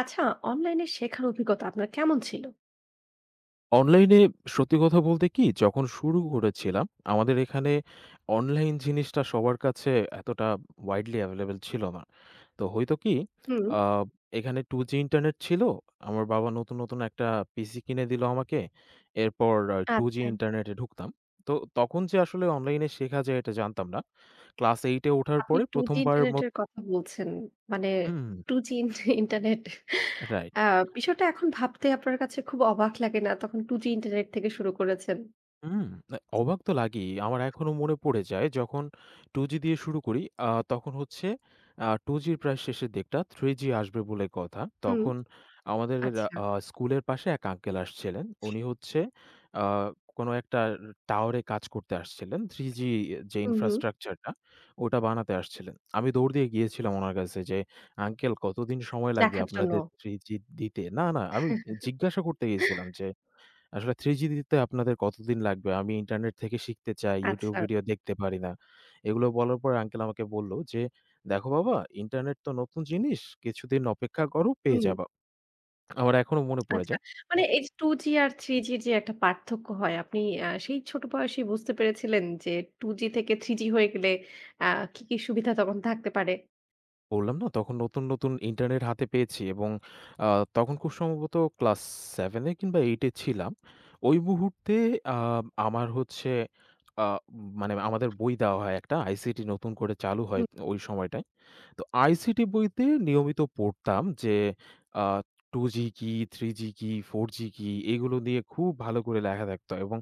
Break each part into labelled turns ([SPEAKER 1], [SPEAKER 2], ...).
[SPEAKER 1] আচ্ছা, অনলাইনে শেখার অভিজ্ঞতা আপনার কেমন ছিল?
[SPEAKER 2] অনলাইনে সত্যি কথা বলতে কি, যখন শুরু করেছিলাম, আমাদের এখানে অনলাইন জিনিসটা সবার কাছে এতটা widely available ছিল না। তো হইতো কি,
[SPEAKER 1] হুম।
[SPEAKER 2] আ এখানে 2G ইন্টারনেট ছিল। আমার বাবা নতুন, নতুন একটা পিসি কিনে দিল আমাকে। এরপর 2G
[SPEAKER 1] আচ্ছা,
[SPEAKER 2] ইন্টারনেটে ঢুকতাম। তো তখন যে আসলে অনলাইনে শেখা যায় এটা জানতাম না। ক্লাস 8 এ ওঠার
[SPEAKER 1] আপনি
[SPEAKER 2] পরে ১ম
[SPEAKER 1] 2G
[SPEAKER 2] বারের মত
[SPEAKER 1] ইন্টারনেটের কথা বলছেন। মানে
[SPEAKER 2] হুম।
[SPEAKER 1] 2G in internet,
[SPEAKER 2] right.
[SPEAKER 1] আ বিষয়টা এখন ভাবতে আপনার কাছে খুব অবাক লাগে না? তখন 2G ইন্টারনেট থেকে শুরু করেছেন।
[SPEAKER 2] হুম, না অবাক তো লাগেই। আমার এখনো মনে পড়ে যায় যখন 2G দিয়ে শুরু করি, তখন হচ্ছে 2G র প্রায় শেষের দিকটা 3G আসবে বলে কথা।
[SPEAKER 1] হুম।
[SPEAKER 2] তখন আমাদের
[SPEAKER 1] আচ্ছা।
[SPEAKER 2] আ স্কুলের পাশে এক আঙ্কেল আসছিলেন। উনি হচ্ছে আ কোনো একটা টাওয়ারে কাজ করতে আসছিলেন। 3G যে
[SPEAKER 1] হুম, হুম।
[SPEAKER 2] ইনফ্রাস্ট্রাকচার টা ওটা বানাতে আসছিলেন। আমি দৌড় দিয়ে গিয়েছিলাম উনার কাছে যে, "আঙ্কেল কতদিন সময় লাগবে
[SPEAKER 1] দেখার জন্য।
[SPEAKER 2] আপনাদের 3G দিতে?" না, না আমি জিজ্ঞাসা করতে গিয়েছিলাম যে আসলে 3G দিতে আপনাদের কতদিন লাগবে? আমি ইন্টারনেট থেকে শিখতে চাই, YouTube
[SPEAKER 1] আচ্ছা।
[SPEAKER 2] ভিডিও দেখতে পারি না। এগুলো বলার পর আঙ্কেল আমাকে বলল যে, "দেখো বাবা, ইন্টারনেট তো নতুন জিনিস। কিছুদিন অপেক্ষা করো, পেয়ে
[SPEAKER 1] হুম,
[SPEAKER 2] যাবা।" আমার এখনো মনে পড়ে
[SPEAKER 1] আচ্ছা।
[SPEAKER 2] যায়।
[SPEAKER 1] মানে এই যে 2G আর 3G র যে একটা পার্থক্য হয়, আপনি সেই ছোট বয়সেই বুঝতে পেরেছিলেন যে 2G থেকে 3G হয়ে গেলে আ কি সুবিধা তখন থাকতে পারে?
[SPEAKER 2] বললাম না, তখন নতুন, নতুন ইন্টারনেট হাতে পেয়েছি এবং আ তখন খুব সম্ভবত ক্লাস 7 এ কিংবা 8 এ ছিলাম। ওই মুহূর্তে আ আমার হচ্ছে আ মানে আমাদের বই দেওয়া হয় একটা, আইসিটি নতুন করে চালু হয় ওই সময়টায়। তো আইসিটি বইতে নিয়মিত পড়তাম যে আ 2G কি, 3G কি, 4G কি এগুলো নিয়ে খুব ভালো করে লেখা থাকতো এবং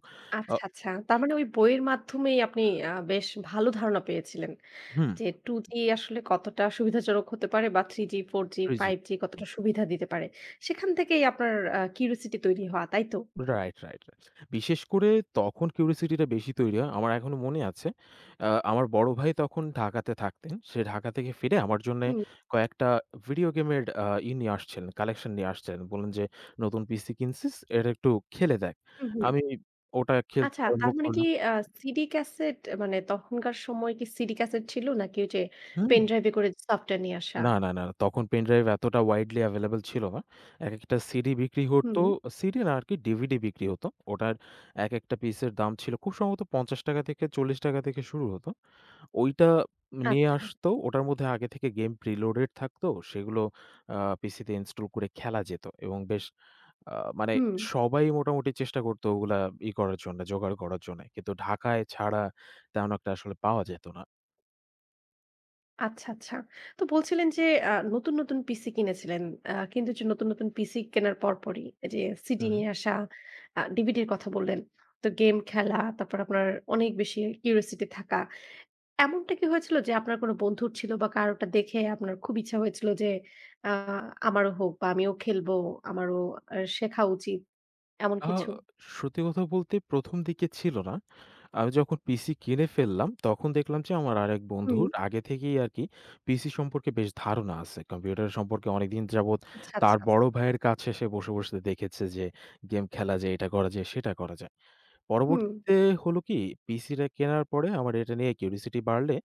[SPEAKER 2] আ
[SPEAKER 1] আচ্ছা, আচ্ছা। তার মানে ওই বইয়ের মাধ্যমেই আপনি বেশ ভালো ধারণা পেয়েছিলেন।
[SPEAKER 2] হুম
[SPEAKER 1] যে 2G আসলে কতটা সুবিধাজনক হতে পারে বা 3G, 4G,
[SPEAKER 2] 3G
[SPEAKER 1] 5G কতটা সুবিধা দিতে পারে। সেখান থেকেই আপনার কিউরিওসিটি তৈরি হওয়া, তাই তো?
[SPEAKER 2] Right, right, right. বিশেষ করে তখন কিউরিওসিটিটা বেশি তৈরি হয়। আমার এখনো মনে আছে। আমার বড় ভাই তখন ঢাকাতে থাকতেন। সে ঢাকা থেকে ফিরে আমার জন্যে
[SPEAKER 1] হুম,
[SPEAKER 2] কয়েকটা ভিডিও গেমের আ ই নিয়ে আসছিলেন, কালেকশন নিয়ে আসছিলেন। বললেন যে, "নতুন পিসি কিনছিস? এটা একটু খেলে দেখ।"
[SPEAKER 1] হুম, হুম।
[SPEAKER 2] আমি ওটা খেলতে
[SPEAKER 1] আচ্ছা,
[SPEAKER 2] আরম্ভ
[SPEAKER 1] তার মানে কি
[SPEAKER 2] করলাম
[SPEAKER 1] আ সিডি ক্যাসেট, মানে তখনকার সময় কি সিডি ক্যাসেট ছিল নাকি ওই যে
[SPEAKER 2] হুম।
[SPEAKER 1] পেন ড্রাইভে করে সফটওয়্যার নিয়ে আসা?
[SPEAKER 2] না, না, না। তখন পেনড্রাইভ এতটা widely available ছিল না। একেকটা সিডি বিক্রি হতো
[SPEAKER 1] হুম,
[SPEAKER 2] সিডি না আরকি ডিভিডি বিক্রি হতো। ওটার একেকটা পিসের দাম ছিল খুব সম্ভবত ৳৫০ থেকে ৳৪০ থেকে শুরু হতো। ওইটা নিয়ে
[SPEAKER 1] আচ্ছা।
[SPEAKER 2] আসতো। ওটার মধ্যে আগে থেকে গেম preloaded থাকতো। সেগুলো আ পিসিতে ইনস্টল করে খেলা যেত এবং বেশ আ মানে
[SPEAKER 1] হুম।
[SPEAKER 2] সবাই মোটামুটি চেষ্টা করত ওগুলা করার জন্য, জোগাড় করার জন্যে। কিন্তু ঢাকায় ছাড়া তেমন একটা আসলে পাওয়া যেত না।
[SPEAKER 1] আচ্ছা, আচ্ছা। তো বলছিলেন যে নতুন, নতুন পিসি কিনেছিলেন। কিন্তু যে নতুন, নতুন পিসি কেনার পরপরই এই যে
[SPEAKER 2] হু,
[SPEAKER 1] সিডি
[SPEAKER 2] হু।
[SPEAKER 1] নিয়ে আসা, ডিভিডির কথা বললেন। তো গেম খেলা, তারপর আপনার অনেক বেশি কিউরিওসিটি থাকা। এমনটা কি হয়েছিল যে আপনার কোনো বন্ধুর ছিল বা কারোটা দেখে আপনার খুব ইচ্ছা হয়েছিল যে আ আমারও হোক বা আমিও খেলবো, আমারও শেখা উচিত এমন
[SPEAKER 2] আ
[SPEAKER 1] কিছু?
[SPEAKER 2] সত্যি কথা বলতে ১ম দিকে ছিল না। আমি যখন পিসি কিনে ফেললাম, তখন দেখলাম যে আমার আরেক
[SPEAKER 1] হুম।
[SPEAKER 2] বন্ধুর আগে থেকেই আরকি পিসি সম্পর্কে বেশ ধারণা আছে। কম্পিউটার সম্পর্কে অনেকদিন যাবৎ
[SPEAKER 1] আচ্ছা,
[SPEAKER 2] তার
[SPEAKER 1] আচ্ছা।
[SPEAKER 2] বড় ভাইয়ের কাছে সে বসে, বসে দেখেছে যে গেম খেলা যায়, এটা করা যায়, সেটা করা যায়।
[SPEAKER 1] হুম,
[SPEAKER 2] পরবর্তীতে হলো কি পিসিটা কেনার পরে আমার এটা নিয়ে কিউরিওসিটি বাড়লে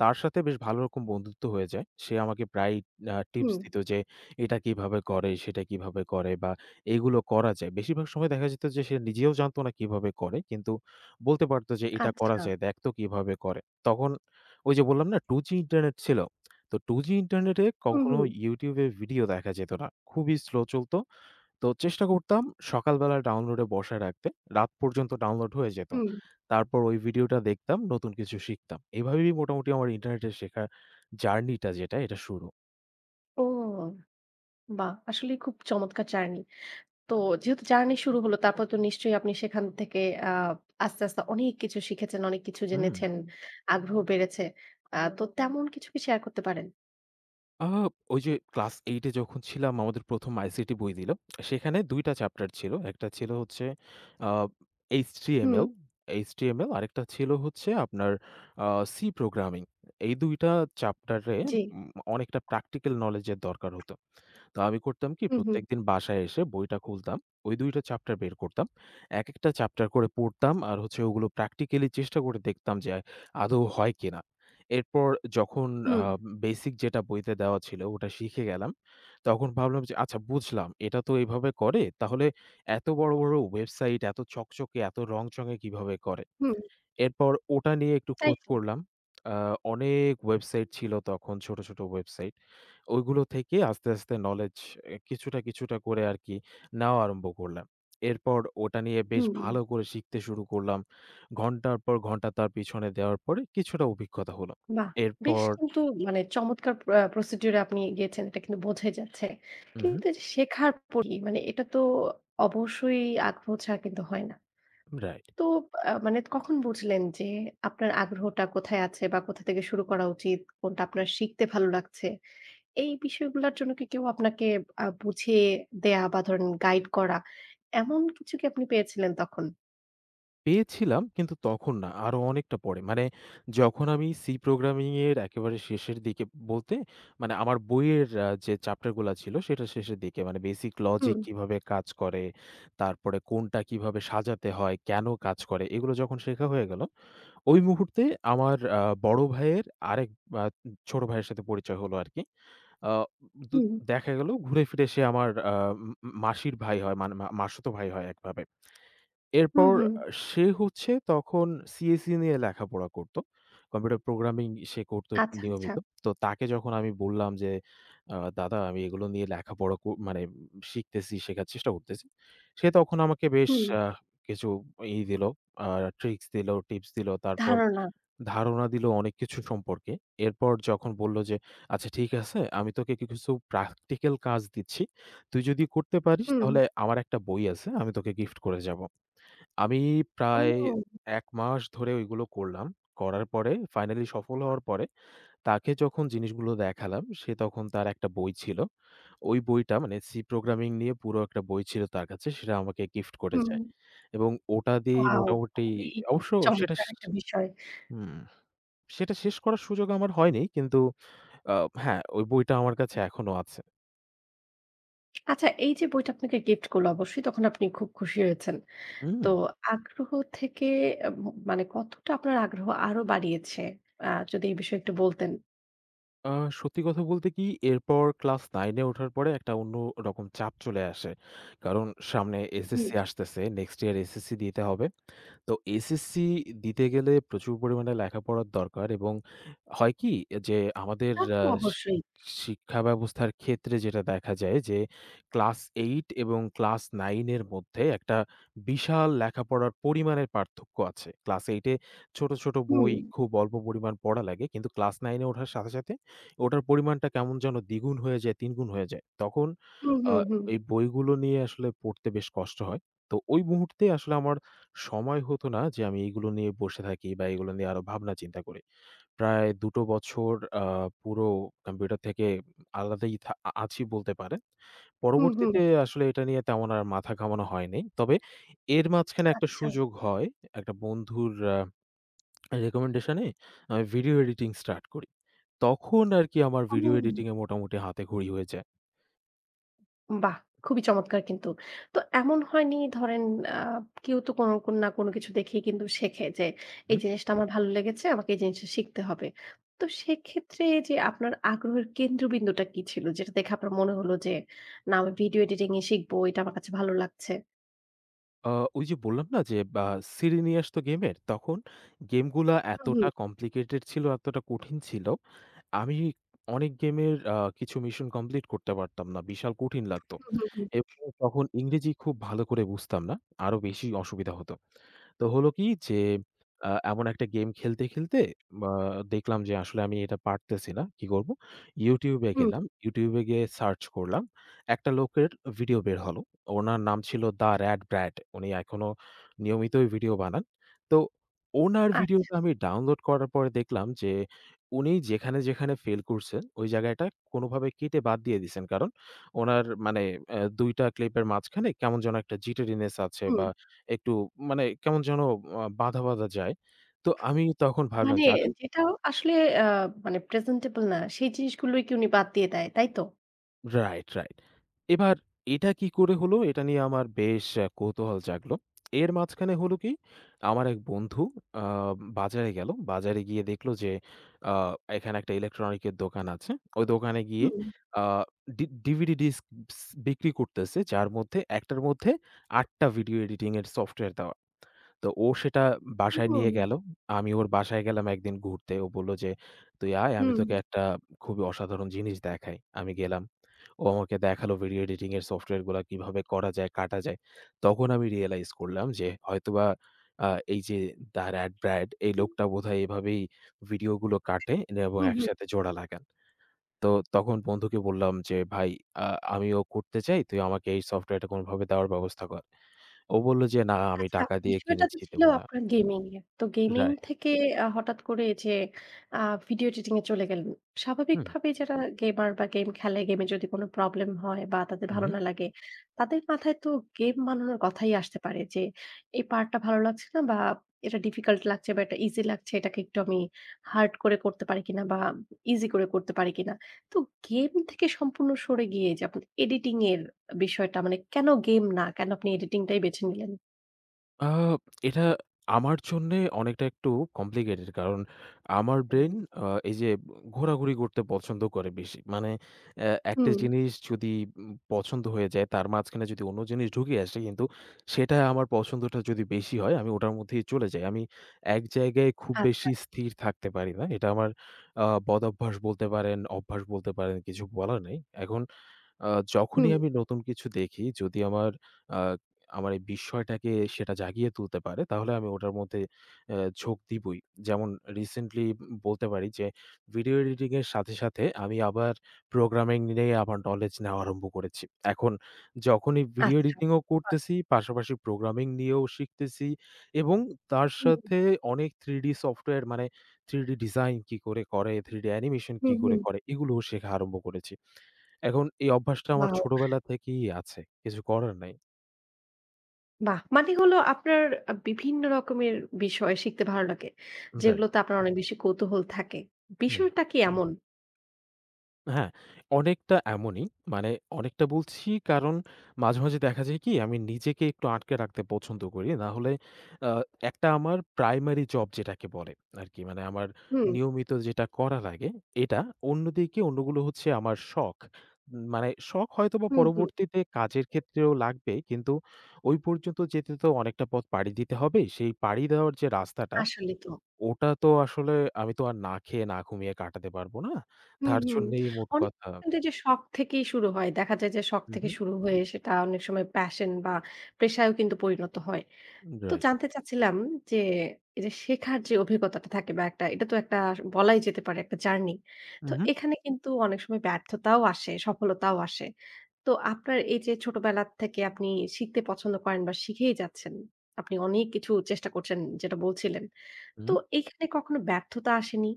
[SPEAKER 2] তার সাথে বেশ ভালো রকম বন্ধুত্ব হয়ে যায়। সে আমাকে প্রায়ই টিপস
[SPEAKER 1] হুম।
[SPEAKER 2] দিত যে, "এটা কিভাবে করে, সেটা কিভাবে করে বা এগুলো করা যায়।" বেশিরভাগ সময় দেখা যেত যে সে নিজেও জানত না কিভাবে করে। কিন্তু বলতে পারত যে, "এটা করা
[SPEAKER 1] আচ্ছা।
[SPEAKER 2] যায়, দেখ তো কিভাবে করে।" তখন ওই যে বললাম না 2G ইন্টারনেট ছিল। তো 2G ইন্টারনেটে
[SPEAKER 1] হুম,
[SPEAKER 2] কখনো
[SPEAKER 1] হুম,
[SPEAKER 2] YouTube এ ভিডিও দেখা যেত না। খুবই স্লো চলত। তো চেষ্টা করতাম সকালবেলা ডাউনলোডে বসায় রাখতে। রাত পর্যন্ত ডাউনলোড হয়ে যেত।
[SPEAKER 1] হুম।
[SPEAKER 2] তারপর ওই ভিডিওটা দেখতাম, নতুন কিছু শিখতাম। এভাবেই মোটামুটি আমার ইন্টারনেটে শেখার জার্নিটা যেটা, এটা শুরু।
[SPEAKER 1] ও, বাহ! আসলেই খুব চমৎকার জার্নি। তো যেহেতু জার্নি শুরু হলো তারপর তো নিশ্চয়ই আপনি সেখান থেকে আ আস্তে, আস্তে অনেক কিছু শিখেছেন, অনেক কিছু
[SPEAKER 2] হুম?
[SPEAKER 1] জেনেছেন, হুম। আগ্রহ বেড়েছে। তো হুম। তেমন কিছু কি শেয়ার করতে পারেন?
[SPEAKER 2] আ ওই যে ক্লাস 8 এ যখন ছিলাম আমাদের ১ম আইসিটি বই দিল। সেখানে ২ টা চ্যাপ্টার ছিল। একটা ছিল হচ্ছে আ
[SPEAKER 1] হুম,
[SPEAKER 2] HTML, আরেকটা ছিল হচ্ছে আপনার আ C প্রোগ্রামিং। এই ২ টা চ্যাপ্টারে
[SPEAKER 1] জি।
[SPEAKER 2] উম অনেকটা প্র্যাকটিক্যাল নোলেজ এর দরকার হতো। তো আমি করতাম কি
[SPEAKER 1] হুম, হুম,
[SPEAKER 2] প্রত্যেকদিন বাসায় এসে বইটা খুলতাম। ওই ২ টা চ্যাপ্টার বের করতাম। একেকটা চ্যাপ্টার করে পড়তাম আর হচ্ছে ওগুলো প্র্যাকটিক্যালি চেষ্টা করে দেখতাম যে আদৌ হয় কিনা। এরপর যখন আ
[SPEAKER 1] হুম,
[SPEAKER 2] বেসিক যেটা বইতে দেওয়া ছিল ওটা শিখে গেলাম। তখন ভাবলাম যে আচ্ছা বুঝলাম এটা তো এভাবে করে। তাহলে এত বড়, বড় ওয়েবসাইট এত চকচকে এত রংচঙে কিভাবে করে?
[SPEAKER 1] হুম,
[SPEAKER 2] এরপর ওটা নিয়ে একটু
[SPEAKER 1] তাই
[SPEAKER 2] খোঁজ
[SPEAKER 1] তো।
[SPEAKER 2] করলাম। আ অনেক ওয়েবসাইট ছিল তখন ছোট, ছোট ওয়েবসাইট। ওইগুলো থেকে আস্তে, আস্তে knowledge এ কিছুটা, কিছুটা করে আরকি নেওয়া আরম্ভ করলাম। এরপর ওটা নিয়ে বেশ
[SPEAKER 1] হুম,
[SPEAKER 2] ভালো করে শিখতে শুরু করলাম। ঘন্টার পর ঘন্টা তার পিছনে দেওয়ার পরে কিছুটা অভিজ্ঞতা হলো।
[SPEAKER 1] বাহ! বেশ
[SPEAKER 2] এরপর
[SPEAKER 1] কিন্তু মানে চমৎকার প্রসিডিউর এ আপনি গিয়েছেন, এটা কিন্তু বোঝাই যাচ্ছে।
[SPEAKER 2] উহু,
[SPEAKER 1] কিন্তু এই যে শেখার পরই মানে এটা তো অবশ্যই আগ্রহ ছাড়া কিন্তু হয় না।
[SPEAKER 2] রাইট।
[SPEAKER 1] তো মানে কখন বুঝলেন যে আপনার আগ্রহটা কোথায় আছে বা কোথা থেকে শুরু করা উচিত? কোনটা আপনার শিখতে ভালো লাগছে? এই বিষয়গুলার জন্য কি কেউ আপনাকে বুঝিয়ে দেয়া বা ধরেন গাইড করা, এমন কিছু কি আপনি পেয়েছিলেন তখন?
[SPEAKER 2] পেয়েছিলাম কিন্তু তখন না, আরো অনেকটা পরে। মানে যখন আমি C প্রোগ্রামিং এর একেবারে শেষের দিকে বলতে মানে আমার বইয়ের যে চ্যাপ্টার গুলা ছিল সেটার শেষের দিকে মানে বেসিক লজিক
[SPEAKER 1] হুম,
[SPEAKER 2] কিভাবে কাজ করে, তারপরে কোনটা কিভাবে সাজাতে হয়, কেন কাজ করে এগুলো যখন শেখা হয়ে গেল, ওই মুহূর্তে আমার বড় ভাইয়ের আরেক আ ছোট ভাইয়ের সাথে পরিচয় হলো আরকি। আ দু
[SPEAKER 1] হুম,
[SPEAKER 2] দেখা গেল ঘুরে ফিরে সে আমার আ ম মাসির ভাই হয় মানে মাসুতো ভাই হয় একভাবে।
[SPEAKER 1] হুম,
[SPEAKER 2] এরপর
[SPEAKER 1] হুম।
[SPEAKER 2] আ সে হচ্ছে তখন সিএসই নিয়ে লেখাপড়া করত। কম্পিউটার প্রোগ্রামিং সে করত
[SPEAKER 1] আচ্ছা, আচ্ছা।
[SPEAKER 2] নিয়মিত। তো তাকে যখন আমি বললাম যে, "দাদা আমি এগুলো নিয়ে লেখাপড়া মানে শিখতেছি, শেখার চেষ্টা করতেছি।" সে তখন আমাকে বেশ
[SPEAKER 1] হুম,
[SPEAKER 2] আ কিছু দিল, আ ট্রিকস দিল, টিপস দিল। তারপর
[SPEAKER 1] ধারণা।
[SPEAKER 2] ধারণা দিল অনেক কিছু সম্পর্কে। এরপর যখন বলল যে, "আচ্ছা ঠিক আছে, আমি তোকে কি কিছু প্র্যাকটিক্যাল কাজ দিচ্ছি। তুই যদি করতে পারিস
[SPEAKER 1] হুম।
[SPEAKER 2] তাহলে আমার একটা বই আছে, আমি তোকে গিফট করে যাব।" আমি প্রায়
[SPEAKER 1] ও!
[SPEAKER 2] ১ মাস ধরে ওইগুলো করলাম। করার পরে ফাইনালি সফল হওয়ার পরে তাকে যখন জিনিসগুলো দেখালাম, সে তখন তার একটা বই ছিল। ওই বইটা মানে সি প্রোগ্রামিং নিয়ে পুরো একটা বই ছিল তার কাছে। সেটা আমাকে গিফট
[SPEAKER 1] হুম।
[SPEAKER 2] করেছে এবং ওটা দিয়েই
[SPEAKER 1] ওয়াও!
[SPEAKER 2] মোটামুটি
[SPEAKER 1] খুবই
[SPEAKER 2] অবশ্য সেটা স
[SPEAKER 1] চমৎকার একটা বিষয়।
[SPEAKER 2] হুম, সেটা শেষ করার সুযোগ আমার হয়নি। কিন্তু আ হ্যাঁ, ওই বইটা আমার কাছে এখনো আছে।
[SPEAKER 1] আচ্ছা, এই যে বইটা আপনাকে গিফট করল অবশ্যই তখন আপনি খুব খুশি হয়েছেন।
[SPEAKER 2] হুম।
[SPEAKER 1] তো আগ্রহ থেকে আ ম মানে কতটা আপনার আগ্রহ আরো বাড়িয়েছে? আ যদি এই বিষয়ে একটু বলতেন।
[SPEAKER 2] আ সত্যি কথা বলতে কি এরপর ক্লাস 9 এ ওঠার পরে একটা অন্যরকম চাপ চলে আসে। কারণ সামনে
[SPEAKER 1] হুম।
[SPEAKER 2] এসএসসি আসতেছে। নেক্সট ইয়ার এসএসসি দিতে হবে। তো এসএসসি দিতে গেলে প্রচুর পরিমাণে লেখাপড়ার দরকার এবং হয় কি যে আমাদের
[SPEAKER 1] তা
[SPEAKER 2] আ
[SPEAKER 1] তো
[SPEAKER 2] শি
[SPEAKER 1] অবশ্যই।
[SPEAKER 2] শিক্ষা ব্যবস্থার ক্ষেত্রে যেটা দেখা যায় যে ক্লাস 8 এবং ক্লাস 9 এর মধ্যে একটা বিশাল লেখাপড়ার পরিমাণের পার্থক্য আছে। ক্লাস 8 এ ছোট, ছোট
[SPEAKER 1] হুম,
[SPEAKER 2] বই খুব অল্প পরিমাণ পড়া লাগে। কিন্তু ক্লাস 9 এ ওঠার সাথে, সাথে ওটার পরিমাণটা কেমন যেন দ্বিগুণ হয়ে যায়, তিনগুণ হয়ে যায়। তখন
[SPEAKER 1] হুম,
[SPEAKER 2] আ
[SPEAKER 1] হুম, হুম,
[SPEAKER 2] এই বইগুলো নিয়ে আসলে পড়তে বেশ কষ্ট হয়। তো ওই মুহূর্তে আসলে আমার সময় হতো না যে আমি এগুলো নিয়ে বসে থাকি বা এগুলো নিয়ে আরো ভাবনা চিন্তা করি। প্রায় ২ টো বছর আ পুরো কম্পিউটার থেকে আলাদাই থা আ আছি বলতে পারেন।
[SPEAKER 1] হুম, হুম।
[SPEAKER 2] পরবর্তীতে আসলে এটা নিয়ে তেমন আর মাথা ঘামানো হয়নি। তবে এর মাঝখানে একটা
[SPEAKER 1] আচ্ছা।
[SPEAKER 2] সুযোগ হয়। একটা বন্ধুর রিকমেন্ডেশনে আমি ভিডিও এডিটিং স্টার্ট করি। তখন আরকি আমার ভিডিও
[SPEAKER 1] হুম,
[SPEAKER 2] এডিটিং এ মোটামুটি হাতেখড়ি হয়ে যায়।
[SPEAKER 1] বাহ! খুবই চমৎকার কিন্তু। তো এমন হয়নি ধরেন, আ কেউ তো কোনো কোন না কোনো কিছু দেখেই কিন্তু শেখে যে এই
[SPEAKER 2] হুম।
[SPEAKER 1] জিনিসটা আমার ভালো লেগেছে, আমাকে এই জিনিসটা শিখতে হবে। তো সেক্ষেত্রে যে আপনার আগ্রহের কেন্দ্রবিন্দুটা কি ছিল? যেটা দেখে আপনার মনে হলো যে, না আমি ভিডিও এডিটিং ই শিখবো, এটা আমার কাছে ভালো লাগছে।
[SPEAKER 2] আ ওই যে বললাম না যে বা সিডি নিয়ে আসতো গেমের, তখন গেমগুলা এতটা কমপ্লিকেটেড ছিল, এতটা কঠিন ছিল। আমি অনেক গেমের কিছু মিশন কমপ্লিট করতে পারতাম না। বিশাল কঠিন লাগতো।
[SPEAKER 1] হুম, হুম,
[SPEAKER 2] এবং তখন ইংরেজি খুব ভালো করে বুঝতাম না। আরো বেশি অসুবিধা হতো। তো হলো কি যে এমন একটা গেম খেলতে, খেলতে আ দেখলাম যে আসলে আমি এটা পারতেছি না। কি করব? YouTube এ
[SPEAKER 1] হুম।
[SPEAKER 2] গেলাম। YouTube এ গিয়ে সার্চ করলাম। একটা লোকের ভিডিও বের হলো। ওনার নাম ছিল দ্য র‍্যাট ব্র্যাট। উনি এখনো নিয়মিতই ভিডিও বানান। তো ওনার
[SPEAKER 1] আচ্ছা,
[SPEAKER 2] ভিডিওটা আমি ডাউনলোড করার পরে দেখলাম যে উনি যেখানে, যেখানে ফেল করছেন ওই জায়গাটা কোনোভাবে কেটে বাদ দিয়ে দিছেন। কারণ উনার মানে ২ টা ক্লিপের মাঝখানে কেমন যেন একটা জিটারিনেস আছে বা
[SPEAKER 1] হুম।
[SPEAKER 2] একটু মানে কেমন যেন বাধা, বাধা যায়। তো আমি তখন ভাবলাম
[SPEAKER 1] মানে
[SPEAKER 2] যে, আরে
[SPEAKER 1] যেটা আসলে আ মানে presentable না সেই জিনিসগুলোই কি উনি বাদ দিয়ে দেয়, তাই তো?
[SPEAKER 2] Right, right. এবার এটা কি করে হলো? এটা নিয়ে আমার বেশ কৌতূহল জাগলো। এর মাঝখানে হলো কি? আমার এক বন্ধু আ বাজারে গেল। বাজারে গিয়ে দেখলো যে, আ এখানে একটা ইলেকট্রনিকের দোকান আছে। ওই দোকানে গিয়ে
[SPEAKER 1] হুম,
[SPEAKER 2] আ ডি ডিভিডি ডিস্ক বিক্রি করতেছে। যার মধ্যে একটার মধ্যে ৮ টা ভিডিও এডিটিং এর সফটওয়্যার দেওয়া। তো ও সেটা বাসায় নিয়ে
[SPEAKER 1] হুম,
[SPEAKER 2] গেল। আমি ওর বাসায় গেলাম একদিন ঘুরতে। ও বলল যে, "তুই আয়, আমি
[SPEAKER 1] হুম,
[SPEAKER 2] তোকে একটা খুবই অসাধারণ জিনিস দেখাই।" আমি গেলাম। ও আমাকে দেখালো ভিডিও এডিটিং এর সফটওয়্যারগুলা কিভাবে করা যায়, কাটা যায়। তখন আমি রিয়ালাইজ করলাম যে হয়তোবা আ এই যে দ্য রেড ব্র্যাড এই লোকটা বোধহয় এভাবেই ভিডিওগুলো কাটে এবং
[SPEAKER 1] হুম।
[SPEAKER 2] একসাথে জোড়া লাগান। তো তখন বন্ধুকে বললাম যে, "ভাই আ আমিও করতে চাই। তুই আমাকে এই সফটওয়্যারটা কোনভাবে দেওয়ার ব্যবস্থা কর।" ও বলল যে, "না, আমি
[SPEAKER 1] আচ্ছা,
[SPEAKER 2] টাকা দিয়ে
[SPEAKER 1] বিষয়টা তো
[SPEAKER 2] কিনেছি,
[SPEAKER 1] ছিল
[SPEAKER 2] দেব না।"
[SPEAKER 1] আপনার গেমিং এর। তো
[SPEAKER 2] রা
[SPEAKER 1] গেমিং থেকে হঠাৎ করে যে আ ভিডিও এডিটিং এ চলে গেলেন।
[SPEAKER 2] হুম,
[SPEAKER 1] স্বাভাবিকভাবেই যারা গেমার বা গেম খেলে, গেমে যদি কোনো প্রবলেম হয় বা তাদের
[SPEAKER 2] হুম,
[SPEAKER 1] ভালো
[SPEAKER 2] হুম।
[SPEAKER 1] না লাগে, তাদের মাথায় তো গেম বানানোর কথাই আসতে পারে যে এই পার্টটা ভালো লাগছে না বা এটা ডিফিকাল্ট লাগছে বা এটা ইজি লাগছে, এটাকে একটু আমি হার্ড করে করতে পারি কিনা বা ইজি করে করতে পারি কিনা। তো গেম থেকে সম্পূর্ণ সরে গিয়ে যে আপনি এডিটিং এর বিষয়টা, মানে কেন গেম না? কেন আপনি এডিটিং টাই বেছে নিলেন?
[SPEAKER 2] আ এটা আমার জন্যে অনেকটা একটু কমপ্লিকেটেড কারণ আমার ব্রেইন
[SPEAKER 1] হুম।
[SPEAKER 2] আ এই যে ঘোরাঘুরি করতে পছন্দ করে বেশি। মানে একটা
[SPEAKER 1] হুম।
[SPEAKER 2] জিনিস যদি পছন্দ হয়ে যায় তার মাঝখানে যদি অন্য জিনিস ঢুকে আসে কিন্তু সেটা আমার পছন্দটা যদি বেশি হয় আমি ওটার মধ্যেই চলে যাই। আমি এক জায়গায় খুব
[SPEAKER 1] আচ্ছা,
[SPEAKER 2] বেশি স্থির থাকতে পারি না। এটা আমার বদঅভ্যাস বলতে পারেন, অভ্যাস বলতে পারেন কিছু বলার নেই। এখন আ যখনই
[SPEAKER 1] হুম,
[SPEAKER 2] আমি নতুন কিছু দেখি যদি আমার আ আমার এই বিস্ময়টাকে সেটা জাগিয়ে তুলতে পারে তাহলে আমি ওটার মধ্যে ঝোঁক দিবই। যেমন রিসেন্টলি বলতে পারি যে ভিডিও এডিটিং এর সাথে, সাথে আমি আবার প্রোগ্রামিং নিয়ে আমার নলেজ নেওয়া আরম্ভ করেছি। এখন যখনই ভিডিও
[SPEAKER 1] আচ্ছা।
[SPEAKER 2] এডিটিং ও
[SPEAKER 1] বাহ!
[SPEAKER 2] করতেছি পাশাপাশি প্রোগ্রামিং নিয়েও শিখতেছি এবং তার
[SPEAKER 1] হুম,
[SPEAKER 2] সাথে অনেক 3D সফটওয়্যার মানে 3D ডিজাইন কি করে করে, 3D অ্যানিমেশন কি
[SPEAKER 1] হুম,
[SPEAKER 2] করে
[SPEAKER 1] হুম।
[SPEAKER 2] করে এগুলোও শেখা আরম্ভ করেছি। এখন এই অভ্যাসটা আমার
[SPEAKER 1] ওয়াও!
[SPEAKER 2] ছোটবেলা থেকেই আছে। কিছু করার নাই।
[SPEAKER 1] বাহ! মানে হলো আপনার বিভিন্ন রকমের বিষয় শিখতে ভালো লাগে।
[SPEAKER 2] রাইট।
[SPEAKER 1] যেগুলোতে আপনার অনেক বেশি কৌতূহল থাকে।
[SPEAKER 2] হুম।
[SPEAKER 1] বিষয়টা কি এমন?
[SPEAKER 2] হ্যাঁ, অনেকটা এমনই। মানে অনেকটা বলছি কারণ মাঝে, মাঝে দেখা যায় কি আমি নিজেকে একটু আটকে রাখতে পছন্দ করি। না হলে আ একটা আমার প্রাইমারি জব যেটাকে বলে আরকি। মানে আমার
[SPEAKER 1] হুম,
[SPEAKER 2] নিয়মিত যেটা করা লাগে এটা। অন্যদিকে অন্যগুলো হচ্ছে আমার শখ। মানে শখ হয়তোবা
[SPEAKER 1] হুম, হুম।
[SPEAKER 2] পরবর্তীতে কাজের ক্ষেত্রেও লাগবে। কিন্তু ওই পর্যন্ত যেতে তো অনেকটা পথ পাড়ি দিতে হবে। সেই পাড়ি দেওয়ার যে রাস্তাটা
[SPEAKER 1] আসলেই তো।
[SPEAKER 2] ওটা তো আসলে আমি তো আর না খেয়ে না ঘুমিয়ে কাটাতে পারব না।
[SPEAKER 1] হুম,
[SPEAKER 2] তার
[SPEAKER 1] হুম।
[SPEAKER 2] জন্যেই মোট
[SPEAKER 1] অনেক
[SPEAKER 2] কথা
[SPEAKER 1] সময় কিন্তু এই যে শখ থেকেই শুরু হয়। দেখা যায় যে শখ
[SPEAKER 2] হু,
[SPEAKER 1] থেকে
[SPEAKER 2] হু।
[SPEAKER 1] শুরু হয়ে সেটা অনেক সময় প্যাশন বা পেশায়ও কিন্তু পরিণত হয়। তো
[SPEAKER 2] রাইট।
[SPEAKER 1] জানতে চাচ্ছিলাম যে, এই যে শেখার যে অভিজ্ঞতাটা থাকে বা একটা, এটা তো একটা বলাই যেতে পারে একটা জার্নি।
[SPEAKER 2] হু,
[SPEAKER 1] তো
[SPEAKER 2] হু।
[SPEAKER 1] এখানে কিন্তু অনেক সময় ব্যর্থতাও আসে, সফলতাও আসে। তো আপনার এই যে ছোটবেলা থেকে আপনি শিখতে পছন্দ করেন বা শিখেই যাচ্ছেন। আপনি অনেক কিছু চেষ্টা করছেন যেটা বলছিলেন। তো এখানে কখনো ব্যর্থতা আসেনি?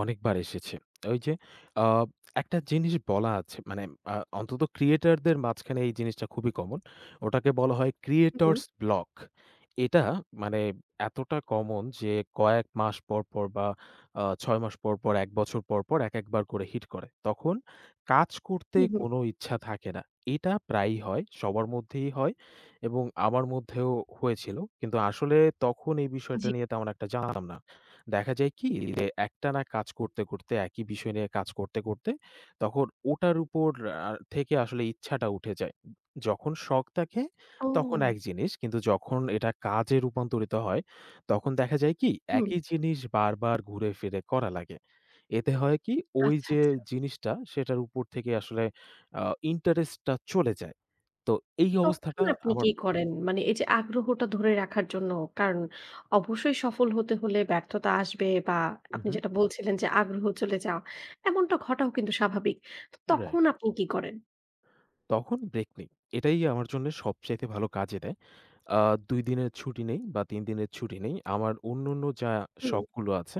[SPEAKER 2] অনেকবার এসেছে। ওই যে আ একটা জিনিস বলা আছে মানে অন্তত ক্রিয়েটরদের মাঝখানে এই জিনিসটা খুবই কমন। ওটাকে বলা হয়
[SPEAKER 1] হুম,
[SPEAKER 2] ক্রিয়েটরস ব্লক। এটা মানে এতটা কমন যে কয়েক মাস পর, পর বা ৬ মাস পর, পর ১ বছর পর, পর একেকবার করে হিট করে। তখন কাজ করতে
[SPEAKER 1] হুম, হুম।
[SPEAKER 2] কোনো ইচ্ছা থাকে না। এটা প্রায়ই হয়, সবার মধ্যেই হয় এবং আমার মধ্যেও হয়েছিল। কিন্তু আসলে তখন এই বিষয়টা
[SPEAKER 1] জি।
[SPEAKER 2] নিয়ে তেমন একটা জানতাম না। দেখা যায় কি যে একটানা কাজ করতে, করতে একই বিষয় নিয়ে কাজ করতে, করতে তখন ওটার উপর থেকে আসলে ইচ্ছাটা উঠে যায়। যখন শখ থাকে
[SPEAKER 1] ও!
[SPEAKER 2] তখন এক জিনিস, কিন্তু যখন এটা কাজে রূপান্তরিত হয় তখন দেখা যায় কি
[SPEAKER 1] হুম।
[SPEAKER 2] একই জিনিস বারবার ঘুরে ফিরে করা লাগে। এতে হয় কি ওই
[SPEAKER 1] আচ্ছা,
[SPEAKER 2] যে
[SPEAKER 1] আচ্ছা।
[SPEAKER 2] জিনিসটা সেটার উপর থেকে আসলে আ ইন্টারেস্টটা চলে যায়। তো এই
[SPEAKER 1] তখন
[SPEAKER 2] অবস্থাটা
[SPEAKER 1] আপনি
[SPEAKER 2] আমার
[SPEAKER 1] কি করেন? মানে এই যে আগ্রহটা ধরে রাখার জন্য, কারণ অবশ্যই সফল হতে হলে ব্যর্থতা আসবে বা
[SPEAKER 2] হু,
[SPEAKER 1] আপনি
[SPEAKER 2] হু।
[SPEAKER 1] যেটা বলছিলেন যে আগ্রহ চলে যাওয়া, এমনটা ঘটাও কিন্তু স্বাভাবিক। তো তখন
[SPEAKER 2] রাইট।
[SPEAKER 1] আপনি কি করেন?
[SPEAKER 2] তখন ব্রেক নেই। এটাই আমার জন্য সবচাইতে ভালো কাজে দেয়। আ ২ দিনের ছুটি নেই বা ৩ দিনের ছুটি নেই। আমার অন্যান্য যা
[SPEAKER 1] হুম,
[SPEAKER 2] শখগুলো আছে,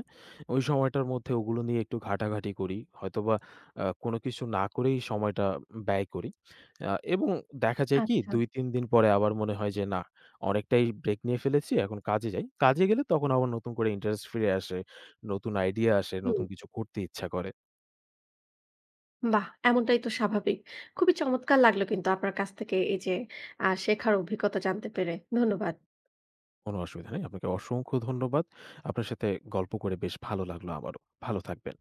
[SPEAKER 2] ওই সময়টার মধ্যে ওগুলো নিয়ে একটু ঘাটাঘাটি করি। হয়তোবা কোনো কিছু না করেই সময়টা ব্যয় করি। এবং দেখা যায় কি
[SPEAKER 1] আচ্ছা,
[SPEAKER 2] ২-৩ দিন পরে আবার মনে হয় যে না, অনেকটাই ব্রেক নিয়ে ফেলেছি, এখন কাজে যাই। কাজে গেলে তখন আবার নতুন করে ইন্টারেস্ট ফিরে আসে। নতুন আইডিয়া আসে, নতুন
[SPEAKER 1] হুম।
[SPEAKER 2] কিছু করতে ইচ্ছা করে।
[SPEAKER 1] বাহ! এমনটাই তো স্বাভাবিক। খুবই চমৎকার লাগলো কিন্তু আপনার কাছ থেকে এই যে শেখার অভিজ্ঞতা জানতে পেরে। ধন্যবাদ।
[SPEAKER 2] কোনো অসুবিধা নেই। আপনাকে অসংখ্য ধন্যবাদ। আপনার সাথে গল্প করে বেশ ভালো লাগলো আমারও। ভালো থাকবেন।